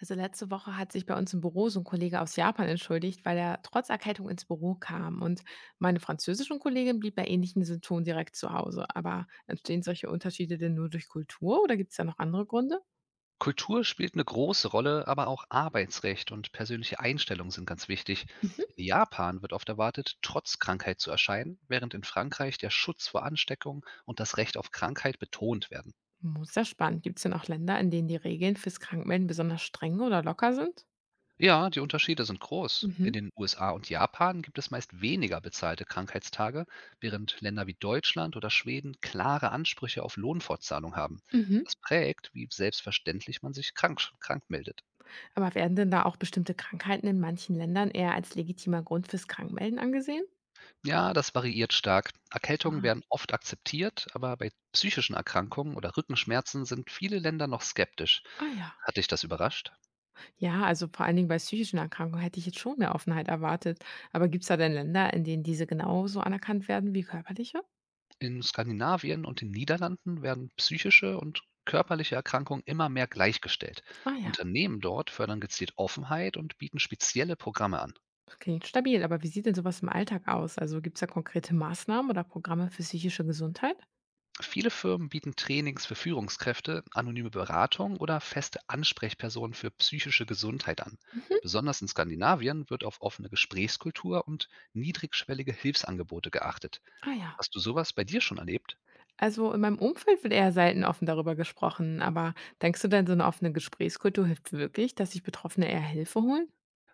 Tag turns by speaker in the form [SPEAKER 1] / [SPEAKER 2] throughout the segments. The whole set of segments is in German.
[SPEAKER 1] Also letzte Woche hat sich bei uns im Büro so ein Kollege aus Japan entschuldigt, weil er trotz Erkältung ins Büro kam. Und meine französische Kollegin blieb bei ähnlichen Symptomen direkt zu Hause. Aber entstehen solche Unterschiede denn nur durch Kultur oder gibt es da noch andere Gründe?
[SPEAKER 2] Kultur spielt eine große Rolle, aber auch Arbeitsrecht und persönliche Einstellung sind ganz wichtig.
[SPEAKER 1] Mhm.
[SPEAKER 2] In Japan wird oft erwartet, trotz Krankheit zu erscheinen, während in Frankreich der Schutz vor Ansteckung und das Recht auf Krankheit betont werden.
[SPEAKER 1] Hm, ja, spannend. Gibt es denn auch Länder, in denen die Regeln fürs Krankmelden besonders streng oder locker sind?
[SPEAKER 2] Ja, die Unterschiede sind groß.
[SPEAKER 1] Mhm.
[SPEAKER 2] In den USA und Japan gibt es meist weniger bezahlte Krankheitstage, während Länder wie Deutschland oder Schweden klare Ansprüche auf Lohnfortzahlung haben.
[SPEAKER 1] Mhm.
[SPEAKER 2] Das prägt, wie selbstverständlich man sich krank meldet.
[SPEAKER 1] Aber werden denn da auch bestimmte Krankheiten in manchen Ländern eher als legitimer Grund fürs Krankmelden angesehen?
[SPEAKER 2] Ja, das variiert stark. Erkältungen werden oft akzeptiert, aber bei psychischen Erkrankungen oder Rückenschmerzen sind viele Länder noch skeptisch.
[SPEAKER 1] Ah, ja.
[SPEAKER 2] Hat dich das überrascht?
[SPEAKER 1] Ja, also vor allen Dingen bei psychischen Erkrankungen hätte ich jetzt schon mehr Offenheit erwartet. Aber gibt es da denn Länder, in denen diese genauso anerkannt werden wie körperliche?
[SPEAKER 2] In Skandinavien und den Niederlanden werden psychische und körperliche Erkrankungen immer mehr gleichgestellt.
[SPEAKER 1] Ah ja,
[SPEAKER 2] Unternehmen dort fördern gezielt Offenheit und bieten spezielle Programme an.
[SPEAKER 1] das klingt stabil. Aber wie sieht denn sowas im Alltag aus? Also gibt es da konkrete Maßnahmen oder Programme für psychische Gesundheit?
[SPEAKER 2] Viele Firmen bieten Trainings für Führungskräfte, anonyme Beratung oder feste Ansprechpersonen für psychische Gesundheit an.
[SPEAKER 1] Mhm.
[SPEAKER 2] Besonders in Skandinavien wird auf offene Gesprächskultur und niedrigschwellige Hilfsangebote geachtet.
[SPEAKER 1] Ah ja.
[SPEAKER 2] Hast du sowas bei dir schon erlebt?
[SPEAKER 1] Also in meinem Umfeld wird eher selten offen darüber gesprochen. Aber denkst du denn, so eine offene Gesprächskultur hilft wirklich, dass sich Betroffene eher Hilfe holen?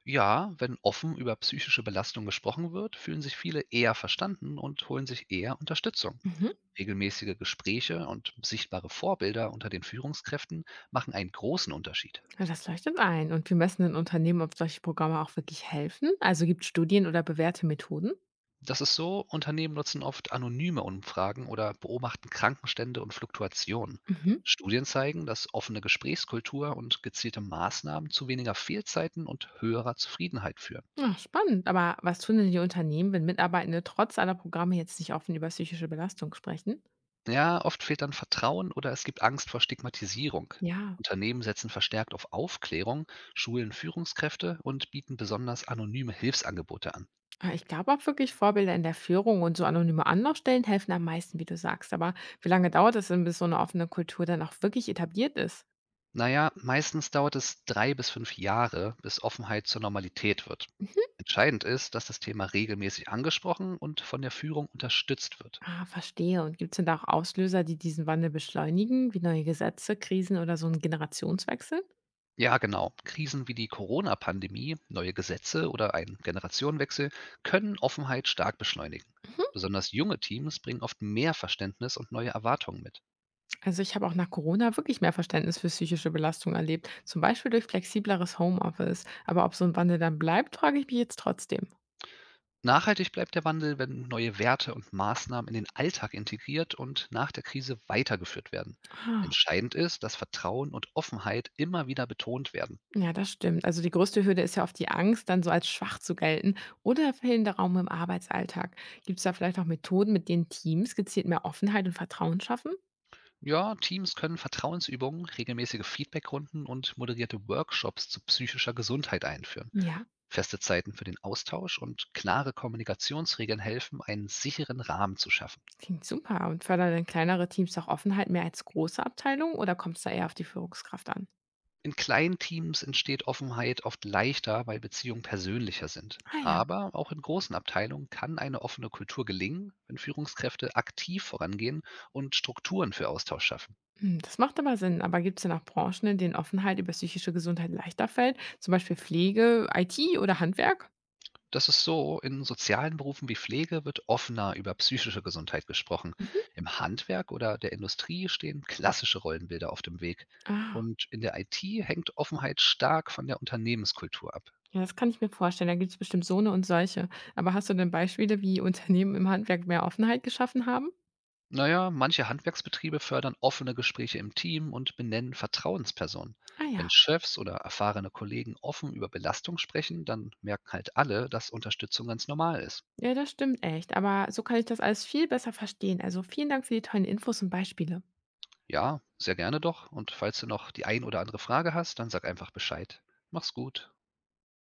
[SPEAKER 2] Ja, wenn offen über psychische Belastung gesprochen wird, fühlen sich viele eher verstanden und holen sich eher Unterstützung.
[SPEAKER 1] Mhm.
[SPEAKER 2] Regelmäßige Gespräche und sichtbare Vorbilder unter den Führungskräften machen einen großen Unterschied.
[SPEAKER 1] Ja, das leuchtet ein. Und wie messen denn Unternehmen, ob solche Programme auch wirklich helfen? Also gibt es Studien oder bewährte Methoden?
[SPEAKER 2] Das ist so, Unternehmen nutzen oft anonyme Umfragen oder beobachten Krankenstände und Fluktuationen.
[SPEAKER 1] Mhm.
[SPEAKER 2] Studien zeigen, dass offene Gesprächskultur und gezielte Maßnahmen zu weniger Fehlzeiten und höherer Zufriedenheit führen.
[SPEAKER 1] Ach, spannend. Aber was tun denn die Unternehmen, wenn Mitarbeitende trotz aller Programme jetzt nicht offen über psychische Belastung sprechen?
[SPEAKER 2] Ja, oft fehlt dann Vertrauen oder es gibt Angst vor Stigmatisierung.
[SPEAKER 1] Ja,
[SPEAKER 2] Unternehmen setzen verstärkt auf Aufklärung, schulen Führungskräfte und bieten besonders anonyme Hilfsangebote an.
[SPEAKER 1] ich glaube auch wirklich, Vorbilder in der Führung und so anonyme Anlaufstellen helfen am meisten, wie du sagst. Aber wie lange dauert es denn, bis so eine offene Kultur dann auch wirklich etabliert ist?
[SPEAKER 2] Na ja, meistens dauert es 3 bis 5 Jahre, bis Offenheit zur Normalität wird.
[SPEAKER 1] Mhm.
[SPEAKER 2] Entscheidend ist, dass das Thema regelmäßig angesprochen und von der Führung unterstützt wird.
[SPEAKER 1] Ah, verstehe. Und gibt es denn da auch Auslöser, die diesen Wandel beschleunigen, wie neue Gesetze, Krisen oder so ein Generationswechsel?
[SPEAKER 2] Ja, genau. Krisen wie die Corona-Pandemie, neue Gesetze oder ein Generationenwechsel können Offenheit stark beschleunigen. Besonders junge Teams bringen oft mehr Verständnis und neue Erwartungen mit.
[SPEAKER 1] Also ich habe auch nach Corona wirklich mehr Verständnis für psychische Belastung erlebt, zum Beispiel durch flexibleres Homeoffice. Aber ob so ein Wandel dann bleibt, frage ich mich jetzt trotzdem.
[SPEAKER 2] Nachhaltig bleibt der Wandel, wenn neue Werte und Maßnahmen in den Alltag integriert und nach der Krise weitergeführt werden.
[SPEAKER 1] Ah,
[SPEAKER 2] Entscheidend ist, dass Vertrauen und Offenheit immer wieder betont werden.
[SPEAKER 1] ja, das stimmt. Also die größte Hürde ist ja oft die Angst, dann so als schwach zu gelten oder fehlender Raum im Arbeitsalltag. Gibt es da vielleicht auch Methoden, mit denen Teams gezielt mehr Offenheit und Vertrauen schaffen?
[SPEAKER 2] Ja, Teams können Vertrauensübungen, regelmäßige Feedbackrunden und moderierte Workshops zu psychischer Gesundheit einführen.
[SPEAKER 1] Ja,
[SPEAKER 2] Feste Zeiten für den Austausch und klare Kommunikationsregeln helfen, einen sicheren Rahmen zu schaffen.
[SPEAKER 1] klingt super. Und fördern denn kleinere Teams auch Offenheit mehr als große Abteilungen oder kommt es da eher auf die Führungskraft an?
[SPEAKER 2] In kleinen Teams entsteht Offenheit oft leichter, weil Beziehungen persönlicher sind.
[SPEAKER 1] Ah ja.
[SPEAKER 2] Aber auch in großen Abteilungen kann eine offene Kultur gelingen, wenn Führungskräfte aktiv vorangehen und Strukturen für Austausch schaffen.
[SPEAKER 1] Hm, das macht aber Sinn. Aber gibt's denn auch Branchen, in denen Offenheit über psychische Gesundheit leichter fällt? Zum Beispiel Pflege, IT oder Handwerk?
[SPEAKER 2] Das ist so, in sozialen Berufen wie Pflege wird offener über psychische Gesundheit gesprochen.
[SPEAKER 1] Mhm.
[SPEAKER 2] Im Handwerk oder der Industrie stehen klassische Rollenbilder auf dem Weg.
[SPEAKER 1] Ah,
[SPEAKER 2] Und in der IT hängt Offenheit stark von der Unternehmenskultur ab.
[SPEAKER 1] ja, das kann ich mir vorstellen. Da gibt es bestimmt so eine und solche. Aber hast du denn Beispiele, wie Unternehmen im Handwerk mehr Offenheit geschaffen haben?
[SPEAKER 2] Na ja, manche Handwerksbetriebe fördern offene Gespräche im Team und benennen Vertrauenspersonen.
[SPEAKER 1] Ah
[SPEAKER 2] Wenn
[SPEAKER 1] ja.
[SPEAKER 2] Chefs oder erfahrene Kollegen offen über Belastung sprechen, dann merken halt alle, dass Unterstützung ganz normal ist.
[SPEAKER 1] Ja, das stimmt echt. Aber so kann ich das alles viel besser verstehen. Also vielen Dank für die tollen Infos und Beispiele.
[SPEAKER 2] Ja, sehr gerne doch. Und falls du noch die ein oder andere Frage hast, dann sag einfach Bescheid. Mach's gut.